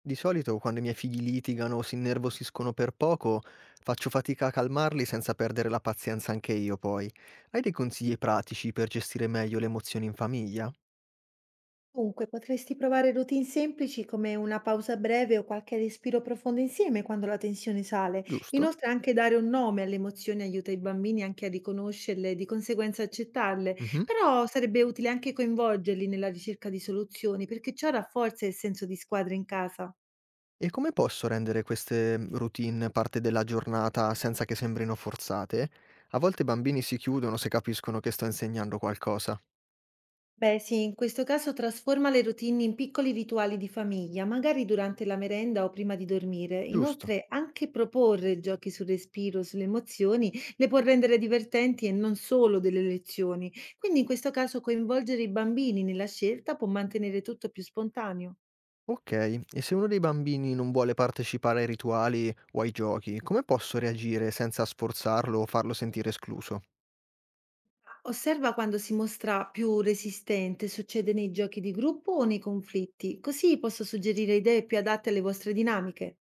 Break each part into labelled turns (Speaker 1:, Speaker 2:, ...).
Speaker 1: Di solito quando i miei figli litigano o si innervosiscono per poco, faccio fatica a calmarli senza perdere la pazienza anche io poi. Hai dei consigli pratici per gestire meglio le emozioni in famiglia?
Speaker 2: Dunque, potresti provare routine semplici come una pausa breve o qualche respiro profondo insieme quando la tensione sale.
Speaker 1: Giusto?
Speaker 2: Inoltre, anche dare un nome alle emozioni aiuta i bambini anche a riconoscerle e di conseguenza accettarle.
Speaker 1: Mhm.
Speaker 2: Però sarebbe utile anche coinvolgerli nella ricerca di soluzioni, perché ciò rafforza il senso di squadra in casa.
Speaker 1: E come posso rendere queste routine parte della giornata senza che sembrino forzate? A volte i bambini si chiudono se capiscono che sto insegnando qualcosa.
Speaker 2: Beh, sì, in questo caso trasforma le routine in piccoli rituali di famiglia, magari durante la merenda o prima di dormire.
Speaker 1: Giusto.
Speaker 2: Inoltre, anche proporre giochi sul respiro, sulle emozioni, le può rendere divertenti e non solo delle lezioni. Quindi, in questo caso, coinvolgere i bambini nella scelta può mantenere tutto più spontaneo.
Speaker 1: Ok, e se uno dei bambini non vuole partecipare ai rituali o ai giochi, come posso reagire senza sforzarlo o farlo sentire escluso?
Speaker 2: Osserva quando si mostra più resistente, succede nei giochi di gruppo o nei conflitti, così posso suggerire idee più adatte alle vostre dinamiche.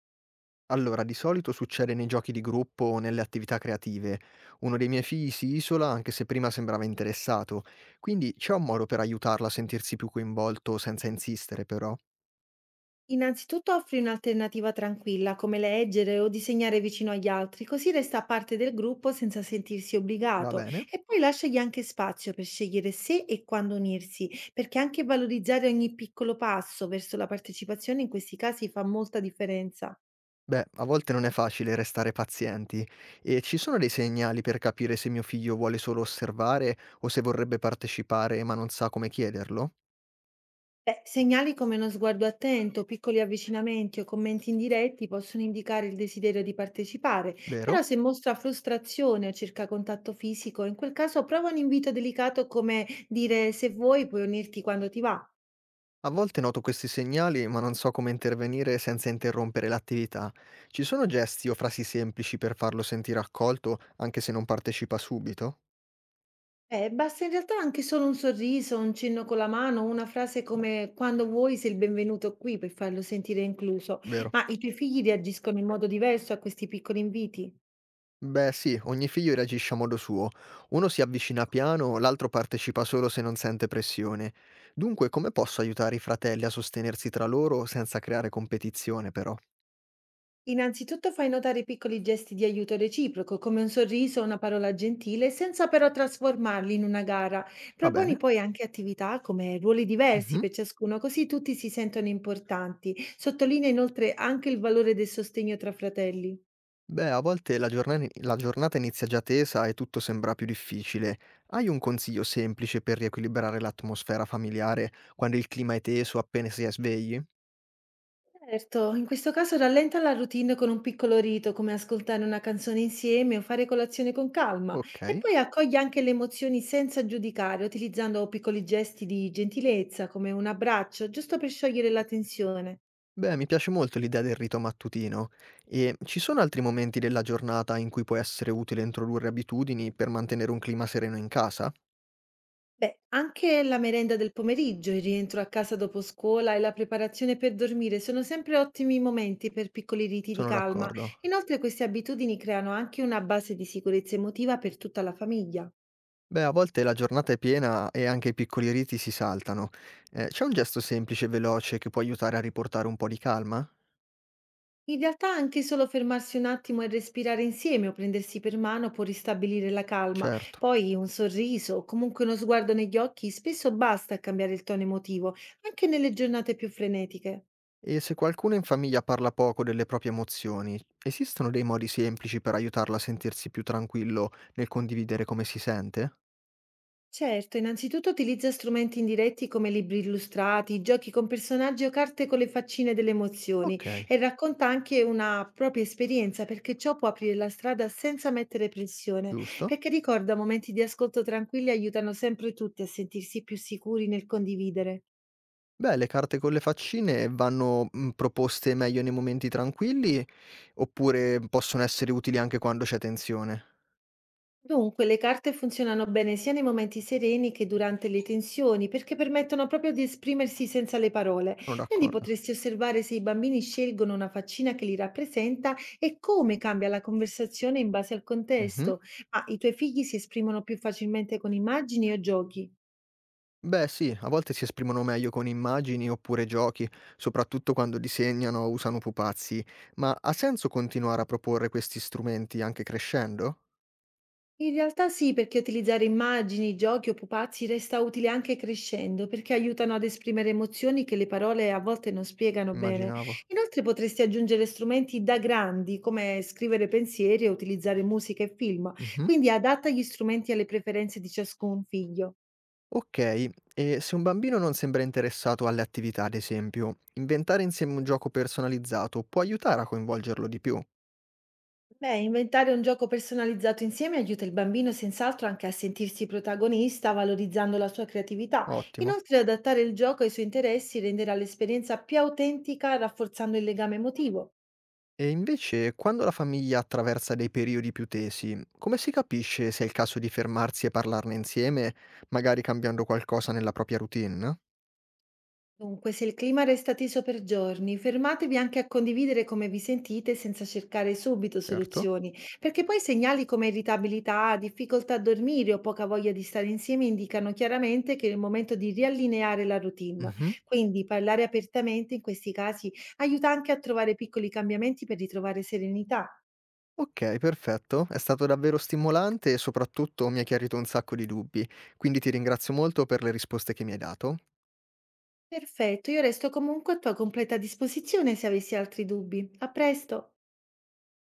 Speaker 1: Allora, di solito succede nei giochi di gruppo o nelle attività creative. Uno dei miei figli si isola anche se prima sembrava interessato, quindi c'è un modo per aiutarlo a sentirsi più coinvolto senza insistere, però.
Speaker 2: Innanzitutto offri un'alternativa tranquilla, come leggere o disegnare vicino agli altri, così resta parte del gruppo senza sentirsi
Speaker 1: Va
Speaker 2: obbligato
Speaker 1: bene?
Speaker 2: e poi lasciagli anche spazio per scegliere se e quando unirsi, perché anche valorizzare ogni piccolo passo verso la partecipazione in questi casi fa molta differenza.
Speaker 1: Beh, a volte non è facile restare pazienti e ci sono dei segnali per capire se mio figlio vuole solo osservare o se vorrebbe partecipare ma non sa come chiederlo,
Speaker 2: Beh, segnali come uno sguardo attento, piccoli avvicinamenti o commenti indiretti possono indicare il desiderio di partecipare, però
Speaker 1: vero?
Speaker 2: se mostra frustrazione o cerca contatto fisico, in quel caso prova un invito delicato come dire se vuoi puoi unirti quando ti va.
Speaker 1: A volte noto questi segnali, ma non so come intervenire senza interrompere l'attività. Ci sono gesti o frasi semplici per farlo sentire accolto, anche se non partecipa subito?
Speaker 2: Basta in realtà anche solo un sorriso, un cenno con la mano, una frase come quando vuoi sei il benvenuto qui per farlo sentire incluso.
Speaker 1: Vero?
Speaker 2: Ma i tuoi figli reagiscono in modo diverso a questi piccoli inviti?
Speaker 1: Beh, sì, ogni figlio reagisce a modo suo. Uno si avvicina piano, l'altro partecipa solo se non sente pressione. Dunque, come posso aiutare i fratelli a sostenersi tra loro senza creare competizione, però?
Speaker 2: Innanzitutto fai notare piccoli gesti di aiuto reciproco, come un sorriso o una parola gentile, senza però trasformarli in una gara.
Speaker 1: Va
Speaker 2: Proponi
Speaker 1: bene?
Speaker 2: poi anche attività come ruoli diversi
Speaker 1: Mhm.
Speaker 2: per ciascuno, così tutti si sentono importanti. Sottolinea inoltre anche il valore del sostegno tra fratelli.
Speaker 1: Beh, a volte la giornani la giornata inizia già tesa e tutto sembra più difficile. Hai un consiglio semplice per riequilibrare l'atmosfera familiare quando il clima è teso appena si è svegli?
Speaker 2: Certo, in questo caso rallenta la routine con un piccolo rito, come ascoltare una canzone insieme o fare colazione con calma, e
Speaker 1: Ok.
Speaker 2: poi accoglie anche le emozioni senza giudicare, utilizzando piccoli gesti di gentilezza, come un abbraccio, giusto per sciogliere la tensione.
Speaker 1: Beh, mi piace molto l'idea del rito mattutino. E ci sono altri momenti della giornata in cui può essere utile introdurre abitudini per mantenere un clima sereno in casa?
Speaker 2: Beh, anche la merenda del pomeriggio, il rientro a casa dopo scuola e la preparazione per dormire sono sempre ottimi momenti per piccoli riti di
Speaker 1: Sono
Speaker 2: calma.
Speaker 1: d'accordo.
Speaker 2: Inoltre queste abitudini creano anche una base di sicurezza emotiva per tutta la famiglia.
Speaker 1: Beh, a volte la giornata è piena e anche i piccoli riti si saltano. C'è un gesto semplice e veloce che può aiutare a riportare un po' di calma?
Speaker 2: In realtà anche solo fermarsi un attimo e respirare insieme o prendersi per mano può ristabilire la calma.
Speaker 1: Certo.
Speaker 2: Poi un sorriso o comunque uno sguardo negli occhi spesso basta a cambiare il tono emotivo, anche nelle giornate più frenetiche.
Speaker 1: E se qualcuno in famiglia parla poco delle proprie emozioni, esistono dei modi semplici per aiutarla a sentirsi più tranquillo nel condividere come si sente?
Speaker 2: Certo, innanzitutto utilizza strumenti indiretti come libri illustrati, giochi con personaggi o carte con le faccine delle emozioni
Speaker 1: Ok,
Speaker 2: e racconta anche una propria esperienza perché ciò può aprire la strada senza mettere pressione,
Speaker 1: giusto.
Speaker 2: perché ricorda momenti di ascolto tranquilli aiutano sempre tutti a sentirsi più sicuri nel condividere.
Speaker 1: Beh, le carte con le faccine vanno proposte meglio nei momenti tranquilli oppure possono essere utili anche quando c'è tensione?
Speaker 2: Dunque, le carte funzionano bene sia nei momenti sereni che durante le tensioni, perché permettono proprio di esprimersi senza le parole.
Speaker 1: Sono
Speaker 2: Quindi
Speaker 1: d'accordo.
Speaker 2: potresti osservare se i bambini scelgono una faccina che li rappresenta e come cambia la conversazione in base al
Speaker 1: Mhm.
Speaker 2: contesto. Ma i tuoi figli si esprimono più facilmente con immagini o giochi?
Speaker 1: Beh, sì, a volte si esprimono meglio con immagini oppure giochi, soprattutto quando disegnano o usano pupazzi, ma ha senso continuare a proporre questi strumenti anche crescendo?
Speaker 2: In realtà sì, perché utilizzare immagini, giochi o pupazzi resta utile anche crescendo, perché aiutano ad esprimere emozioni che le parole a volte non spiegano bene.
Speaker 1: Immaginavo.
Speaker 2: Inoltre potresti aggiungere strumenti da grandi, come scrivere pensieri e utilizzare musica e film,
Speaker 1: Mh-mh.
Speaker 2: quindi adatta gli strumenti alle preferenze di ciascun figlio.
Speaker 1: Okay, e se un bambino non sembra interessato alle attività, ad esempio, inventare insieme un gioco personalizzato può aiutare a coinvolgerlo di più.
Speaker 2: Beh, inventare un gioco personalizzato insieme aiuta il bambino senz'altro anche a sentirsi protagonista, valorizzando la sua creatività.
Speaker 1: Ottimo.
Speaker 2: Inoltre, adattare il gioco ai suoi interessi renderà l'esperienza più autentica, rafforzando il legame emotivo.
Speaker 1: E invece, quando la famiglia attraversa dei periodi più tesi, come si capisce se è il caso di fermarsi e parlarne insieme, magari cambiando qualcosa nella propria routine?
Speaker 2: Dunque, se il clima resta teso per giorni, fermatevi anche a condividere come vi sentite senza cercare subito
Speaker 1: Certo.
Speaker 2: soluzioni, perché poi segnali come irritabilità, difficoltà a dormire o poca voglia di stare insieme indicano chiaramente che è il momento di riallineare la routine.
Speaker 1: Mh-mh.
Speaker 2: Quindi parlare apertamente in questi casi aiuta anche a trovare piccoli cambiamenti per ritrovare serenità.
Speaker 1: Okay, perfetto. È stato davvero stimolante e soprattutto mi hai chiarito un sacco di dubbi, quindi ti ringrazio molto per le risposte che mi hai dato.
Speaker 2: Perfetto, io resto comunque a tua completa disposizione se avessi altri dubbi. A presto!